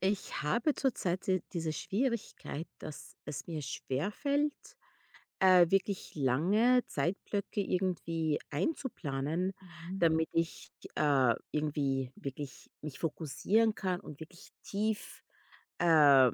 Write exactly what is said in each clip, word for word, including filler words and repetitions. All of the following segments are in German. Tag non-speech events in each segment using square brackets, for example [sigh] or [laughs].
Ich habe zurzeit die- diese Schwierigkeit, dass es mir schwerfällt, äh, wirklich lange Zeitblöcke irgendwie einzuplanen, Mhm, damit ich äh, irgendwie wirklich mich fokussieren kann und wirklich tief äh,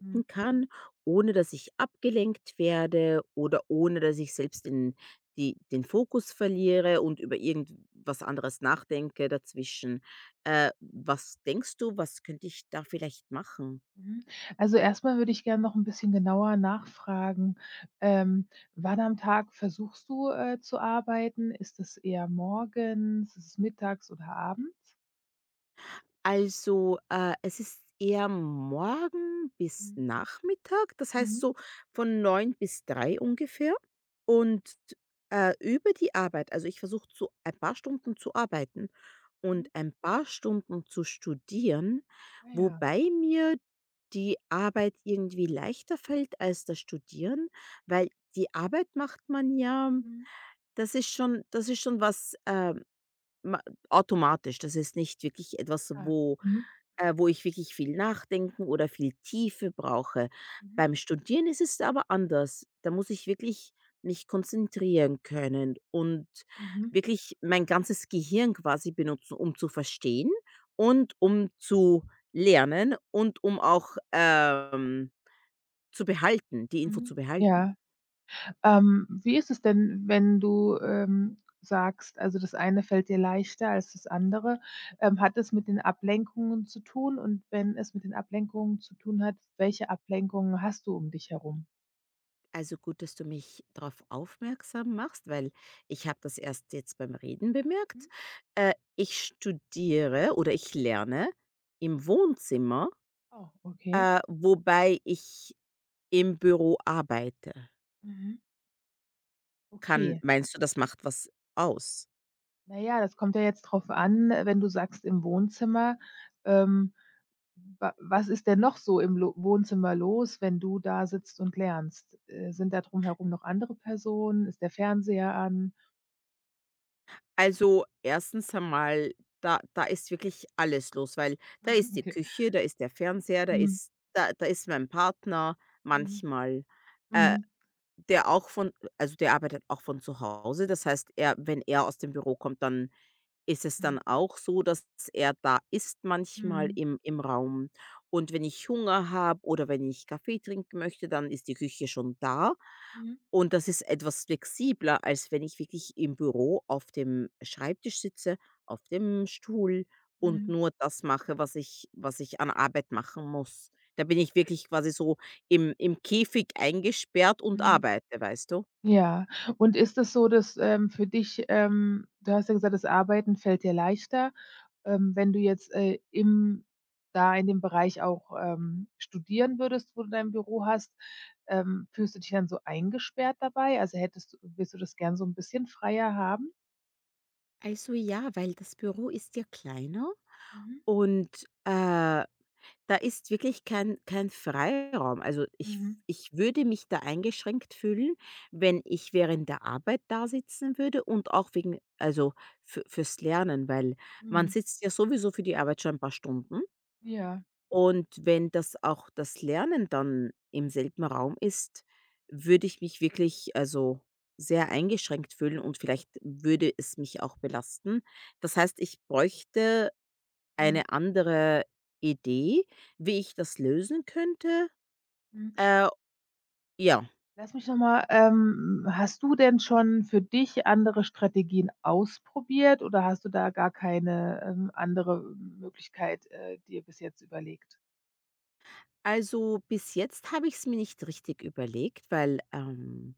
mhm, kann, ohne dass ich abgelenkt werde oder ohne dass ich selbst in die, den Fokus verliere und über irgendwas anderes nachdenke dazwischen. Äh, was denkst du, was könnte ich da vielleicht machen? mhm. Also, erstmal würde ich gerne noch ein bisschen genauer nachfragen, ähm, wann am Tag versuchst du, äh, zu arbeiten? Ist es eher morgens? Ist es mittags oder abends? Also, äh, es ist eher morgen bis Mhm, Nachmittag, das heißt mhm, so von neun bis drei ungefähr. Und, äh, über die Arbeit, also, ich versuche zu ein paar Stunden zu arbeiten mhm, und mhm. ein paar Stunden zu studieren, Ah ja. wobei mir die Arbeit irgendwie leichter fällt als das Studieren, weil die Arbeit macht man ja, Mhm. Mhm. das ist schon das ist schon was, äh ma automatisch. Das ist nicht wirklich etwas, Ah. wo Mhm. äh, wo ich wirklich viel nachdenken oder viel Tiefe brauche. Mhm. Beim Studieren ist es aber anders. Da muss ich wirklich mich konzentrieren können und Mhm. wirklich mein ganzes Gehirn quasi benutzen, um zu verstehen und um zu lernen und um auch, ähm, zu behalten, die Info zu Mhm. behalten. Ja. Ähm, wie ist es denn, wenn du, ähm, sagst, also, das eine fällt dir leichter als das andere? Ähm, hat es mit den Ablenkungen zu tun? Und wenn es mit den Ablenkungen zu tun hat, welche Ablenkungen hast du um dich herum? Also gut, dass du mich darauf aufmerksam machst, weil ich habe das erst jetzt beim Reden Mhm. bemerkt. Äh, ich studiere oder ich lerne im Wohnzimmer, Oh, okay. äh, wobei ich im Büro arbeite. Mhm. Kann, Okay. meinst du, das macht was aus? Na ja, das kommt ja jetzt drauf an, äh, wenn du sagst im Wohnzimmer, ähm, wa was ist denn noch so im Lo Wohnzimmer los, wenn du da sitzt und lernst? Äh, sind da drumherum noch andere Personen? Ist der Fernseher an? Also erstens einmal, da da ist wirklich alles los, weil da [laughs] ist die Okay. Küche, da ist der Fernseher, da Mhm. ist da da ist mein Partner Mhm. manchmal. Äh, Mhm. Der auch von, also, der arbeitet auch von zu Hause. Das heißt, er, wenn er aus dem Büro kommt, dann ist es dann Mhm. auch so, dass er da ist manchmal Mhm. im im Raum, und wenn ich Hunger habe oder wenn ich Kaffee trinken möchte, dann ist die Küche schon da, Mhm. und das ist etwas flexibler, als wenn ich wirklich im Büro auf dem Schreibtisch sitze, auf dem Stuhl und Mhm. nur das mache, was ich was ich an Arbeit machen muss. Da bin ich wirklich quasi so im im Käfig eingesperrt und Mhm. arbeite, weißt du? Ja, und ist es so, dass, ähm, für dich, ähm du hast ja gesagt, das Arbeiten fällt dir leichter, ähm, wenn du jetzt, äh, im da in dem Bereich auch, ähm, studieren würdest, wo du dein Büro hast, ähm, fühlst du dich dann so eingesperrt dabei? Also, hättest du willst du das gern so ein bisschen freier haben? Also ja, weil das Büro ist ja kleiner. Mhm. Und, äh da ist wirklich kein kein Freiraum. Also, ich Mhm. ich würde mich da eingeschränkt fühlen, wenn ich während der Arbeit da sitzen würde, und auch wegen, also, für fürs Lernen, weil man Mhm. sitzt ja sowieso für die Arbeit schon ein paar Stunden, Ja. und wenn das auch das Lernen dann im selben Raum ist, würde ich mich wirklich, also, sehr eingeschränkt fühlen, und vielleicht würde es mich auch belasten. Das heißt, ich bräuchte Mhm. eine andere Idee, wie ich das lösen könnte? Mhm. Äh, ja, Lass mich noch mal ähm, hast du denn schon für dich andere Strategien ausprobiert oder hast du da gar keine, ähm, andere Möglichkeit, äh, dir bis jetzt überlegt? also bis jetzt habe ich es mir nicht richtig überlegt, weil, ähm,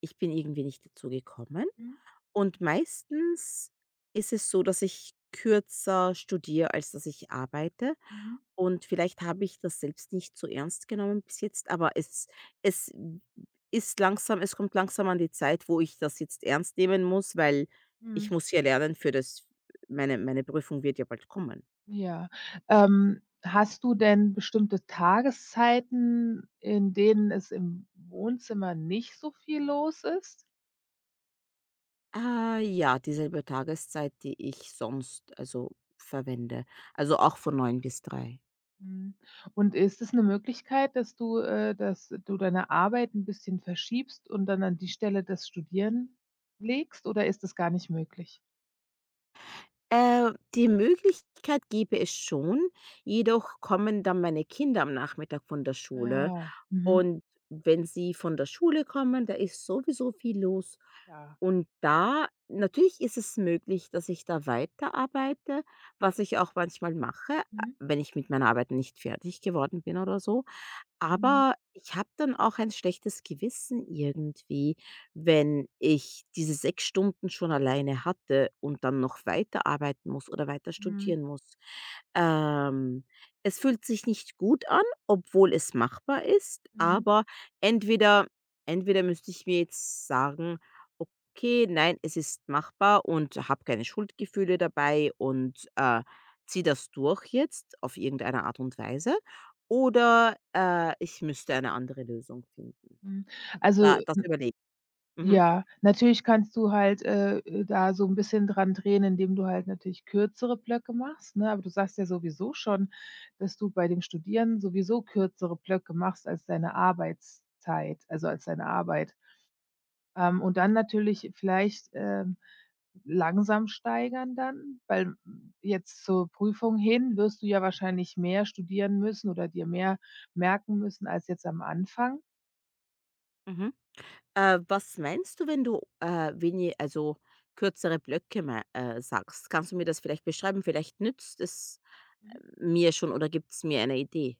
ich bin irgendwie nicht dazu gekommen. Mhm, Und meistens ist es so, dass ich kürzer studiere, als dass ich arbeite. mhm, Und vielleicht habe ich das selbst nicht so ernst genommen bis jetzt, aber es es ist langsam, es kommt langsam an die Zeit, wo ich das jetzt ernst nehmen muss, weil ich mhm. muss ja lernen für das, meine meine Prüfung wird ja bald kommen. Ja. Ähm, hast du denn bestimmte Tageszeiten, in denen es im Wohnzimmer nicht so viel los ist? Ah, ja, dieselbe Tageszeit, die ich sonst, also, verwende. Also, auch von neun bis drei. Mhm. Und ist es 'ne Möglichkeit, dass du äh, dass du deine Arbeit 'n bisschen verschiebst und dann an die Stelle das Studieren legst oder ist das gar nicht möglich? Äh, die Möglichkeit gäbe es schon, jedoch kommen dann meine Kinder am Nachmittag von der Schule. Ah, mhm. Und wenn sie von der Schule kommen, da ist sowieso viel los. Ja. Und da, natürlich ist es möglich, dass ich da weiterarbeite, was ich auch manchmal mache, a- Mhm. wenn ich mit meiner Arbeit nicht fertig geworden bin oder so. Mhm. Aber ich habe dann auch ein schlechtes Gewissen irgendwie, wenn ich diese sechs Stunden schon alleine hatte und dann noch weiterarbeiten muss oder weiter Mhm. studieren muss. Ähm, Es fühlt sich nicht gut an, obwohl es machbar ist, Mhm. aber entweder entweder müsste ich mir jetzt sagen: „Okay, nein, es ist machbar, und habe keine Schuldgefühle dabei und, äh, ziehe das durch jetzt auf irgendeine Art und Weise.“ Oder, äh, ich müsste eine andere Lösung finden. Mhm. Also, Da, das überlege ich. Mhm. ja, natürlich kannst du halt, äh, äh, da so 'n bisschen dran drehen, indem du halt natürlich kürzere Blöcke machst, ne? Aber du sagst ja sowieso schon, dass du bei dem Studieren sowieso kürzere Blöcke machst als deine Arbeitszeit, also als deine Arbeit. Ähm, und dann natürlich vielleicht, ähm, langsam steigern dann, weil m, jetzt zur Prüfung hin wirst du ja wahrscheinlich mehr studieren müssen oder dir mehr merken müssen als jetzt am Anfang. Mhm. Äh, was meinst du, wenn du, äh, wenig also, kürzere Blöcke mei äh, sagst? Kannst du mir das vielleicht beschreiben? Vielleicht nützt es, äh, mir schon oder gibt es mir eine Idee.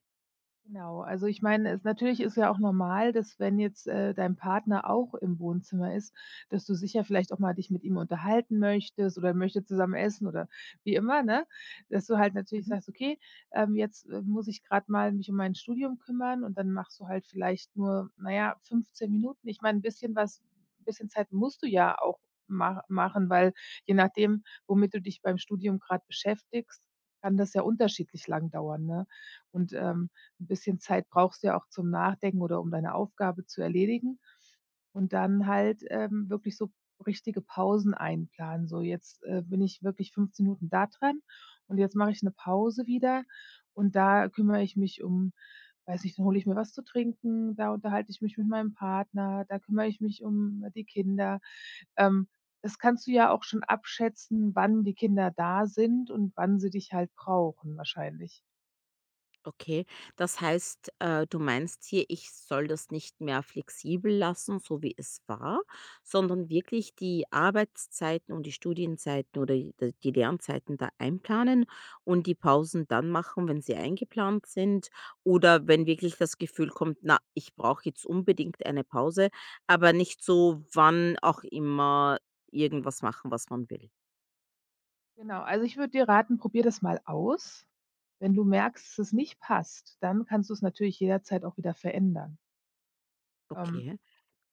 Genau, also ich meine, es natürlich ist ja auch normal, dass wenn jetzt, äh, dein Partner auch im Wohnzimmer ist, dass du sicher vielleicht auch mal dich mit ihm unterhalten möchtest oder möchtet zusammen essen oder wie immer, ne? Dass du halt natürlich sagst: „Okay, ähm, jetzt, äh, muss ich gerade mal mich um mein Studium kümmern“, und dann machst du halt vielleicht nur, naja ja, fünfzehn Minuten. Ich meine, ein bisschen was, ein bisschen Zeit musst du ja auch ma machen, weil je nachdem, womit du dich beim Studium gerade beschäftigst, kann das ja unterschiedlich lang dauern, ne? Und, ähm, ein bisschen Zeit brauchst du ja auch zum Nachdenken oder um deine Aufgabe zu erledigen und dann halt, ähm, wirklich so richtige Pausen einplanen. So, jetzt, äh, bin ich wirklich fünfzehn Minuten da dran und jetzt mache ich eine Pause wieder und da kümmere ich mich um, weiß nicht, dann hole ich mir was zu trinken, da unterhalte ich mich mit meinem Partner, da kümmere ich mich um die Kinder. Ähm, das kannst du ja auch schon abschätzen, wann die Kinder da sind und wann sie dich halt brauchen wahrscheinlich. Okay, das heißt, äh, du meinst hier, ich soll das nicht mehr flexibel lassen, so wie es war, sondern wirklich die Arbeitszeiten und die Studienzeiten oder die die Lernzeiten da einplanen, und die Pausen dann machen, wenn sie eingeplant sind, oder wenn wirklich das Gefühl kommt, na, ich brauche jetzt unbedingt eine Pause, aber nicht so, wann auch immer irgendwas machen, was man will. Genau, also ich würde dir raten, probier das mal aus. Wenn du merkst, dass es nicht passt, dann kannst du es natürlich jederzeit auch wieder verändern. Ähm, Okay,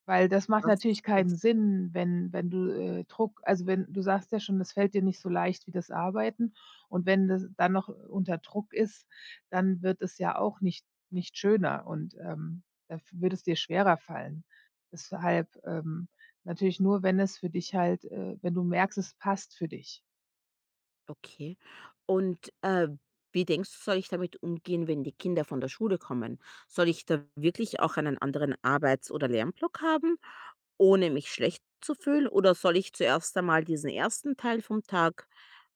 weil das macht das natürlich keinen ist Sinn, wenn wenn du, äh, Druck, also, wenn du sagst ja schon, das fällt dir nicht so leicht wie das Arbeiten, und wenn das dann noch unter Druck ist, dann wird es ja auch nicht nicht schöner und, ähm, da f würde es dir schwerer fallen. Deshalb, ähm, natürlich nur, wenn es für dich halt, äh wenn du merkst, es passt für dich. Okay. Und, äh, wie denkst du, soll ich damit umgehen, wenn die Kinder von der Schule kommen? Soll ich da wirklich auch einen anderen Arbeits- oder Lernblock haben, ohne mich schlecht zu fühlen? Oder soll ich zuerst einmal diesen ersten Teil vom Tag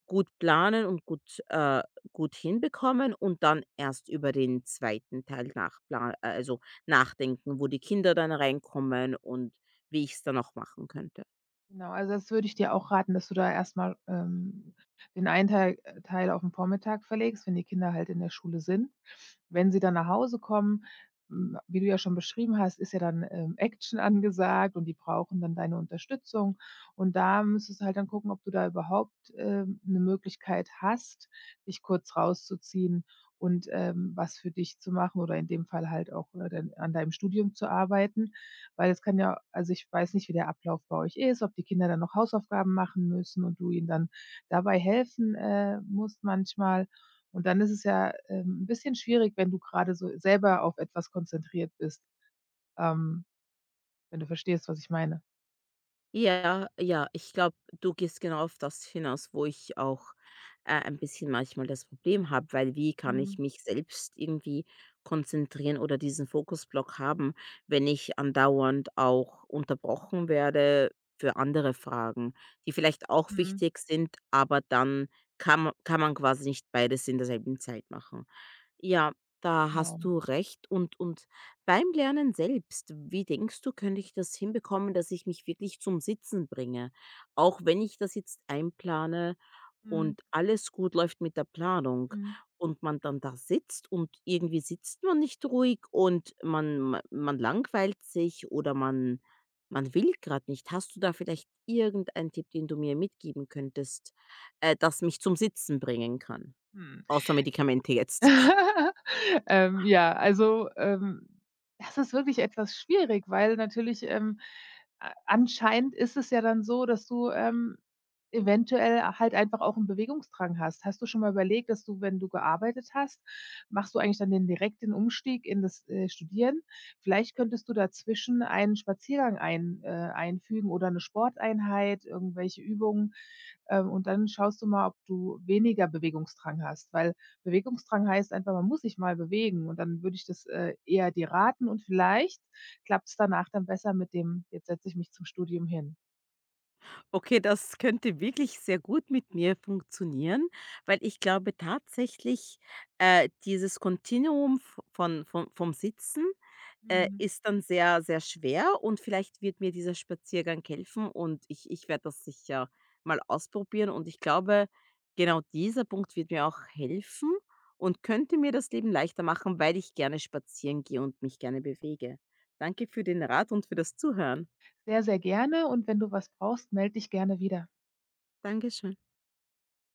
gut planen und gut, äh, gut hinbekommen und dann erst über den zweiten Teil nachpla äh, also nachdenken, wo die Kinder dann reinkommen und wie ich es dann auch machen könnte? Genau, also das würde ich dir auch raten, dass du da erstmal, ähm, den einen Teil äh, Teil auf den Vormittag verlegst, wenn die Kinder halt in der Schule sind. Wenn sie dann nach Hause kommen, hm, wie du ja schon beschrieben hast, ist ja dann, ähm, Action angesagt und die brauchen dann deine Unterstützung. Und da müsstest du halt dann gucken, ob du da überhaupt, ähm, 'ne Möglichkeit hast, dich kurz rauszuziehen und, ähm, was für dich zu machen oder in dem Fall halt auch, äh, dann an deinem Studium zu arbeiten. Weil es kann ja, also, ich weiß nicht, wie der Ablauf bei euch ist, ob die Kinder dann noch Hausaufgaben machen müssen und du ihnen dann dabei helfen, äh, musst manchmal. Und dann ist es ja, ähm, 'n bisschen schwierig, wenn du gerade so selber auf etwas konzentriert bist, ähm, wenn du verstehst, was ich meine. Ja, ja, ich glaube, du gehst genau auf das hinaus, wo ich auch, äh, ein bisschen manchmal das Problem habe, weil wie kann ich Mhm, mich selbst irgendwie konzentrieren oder diesen Fokusblock haben, wenn ich andauernd auch unterbrochen werde für andere Fragen, die vielleicht auch mhm. wichtig sind, aber dann kann ma kann man quasi nicht beides in derselben Zeit machen. Ja, da hast Genau. du recht, und und beim Lernen selbst, wie denkst du, könnte ich das hinbekommen, dass ich mich wirklich zum Sitzen bringe? Auch wenn ich das jetzt einplane Mhm, und alles gut läuft mit der Planung mhm. und man dann da sitzt und irgendwie sitzt man nicht ruhig, und man, ma- man langweilt sich oder man, man will gerade nicht. Hast du da vielleicht irgendeinen Tipp, den du mir mitgeben könntest, äh, das mich zum Sitzen bringen kann? Mhm. Außer Medikamente jetzt. [laughs] Ähm, ja, also, ähm, das ist wirklich etwas schwierig, weil natürlich, ähm, a anscheinend ist es ja dann so, dass du, ähm, eventuell halt einfach auch einen Bewegungsdrang hast. Hast du schon mal überlegt, dass du, wenn du gearbeitet hast, machst du eigentlich dann den direkten Umstieg in das, äh, Studieren? Vielleicht könntest du dazwischen einen Spaziergang ein äh, einfügen oder eine Sporteinheit, irgendwelche Übungen, ähm, und dann schaust du mal, ob du weniger Bewegungsdrang hast, weil Bewegungsdrang heißt einfach, man muss sich mal bewegen, und dann würde ich das, äh, eher dir raten und vielleicht klappt es danach dann besser mit dem: „Jetzt setze ich mich zum Studium hin.“ Okay, das könnte wirklich sehr gut mit mir funktionieren, weil ich glaube tatsächlich, äh, dieses Kontinuum v von von vom Sitzen, äh, Mhm. ist dann sehr, sehr schwer, und vielleicht wird mir dieser Spaziergang helfen, und ich ich werde das sicher mal ausprobieren, und ich glaube, genau dieser Punkt wird mir auch helfen und könnte mir das Leben leichter machen, weil ich gerne spazieren gehe und mich gerne bewege. Danke für den Rat und für das Zuhören. Sehr, sehr gerne, und wenn du was brauchst, melde dich gerne wieder. Dankeschön.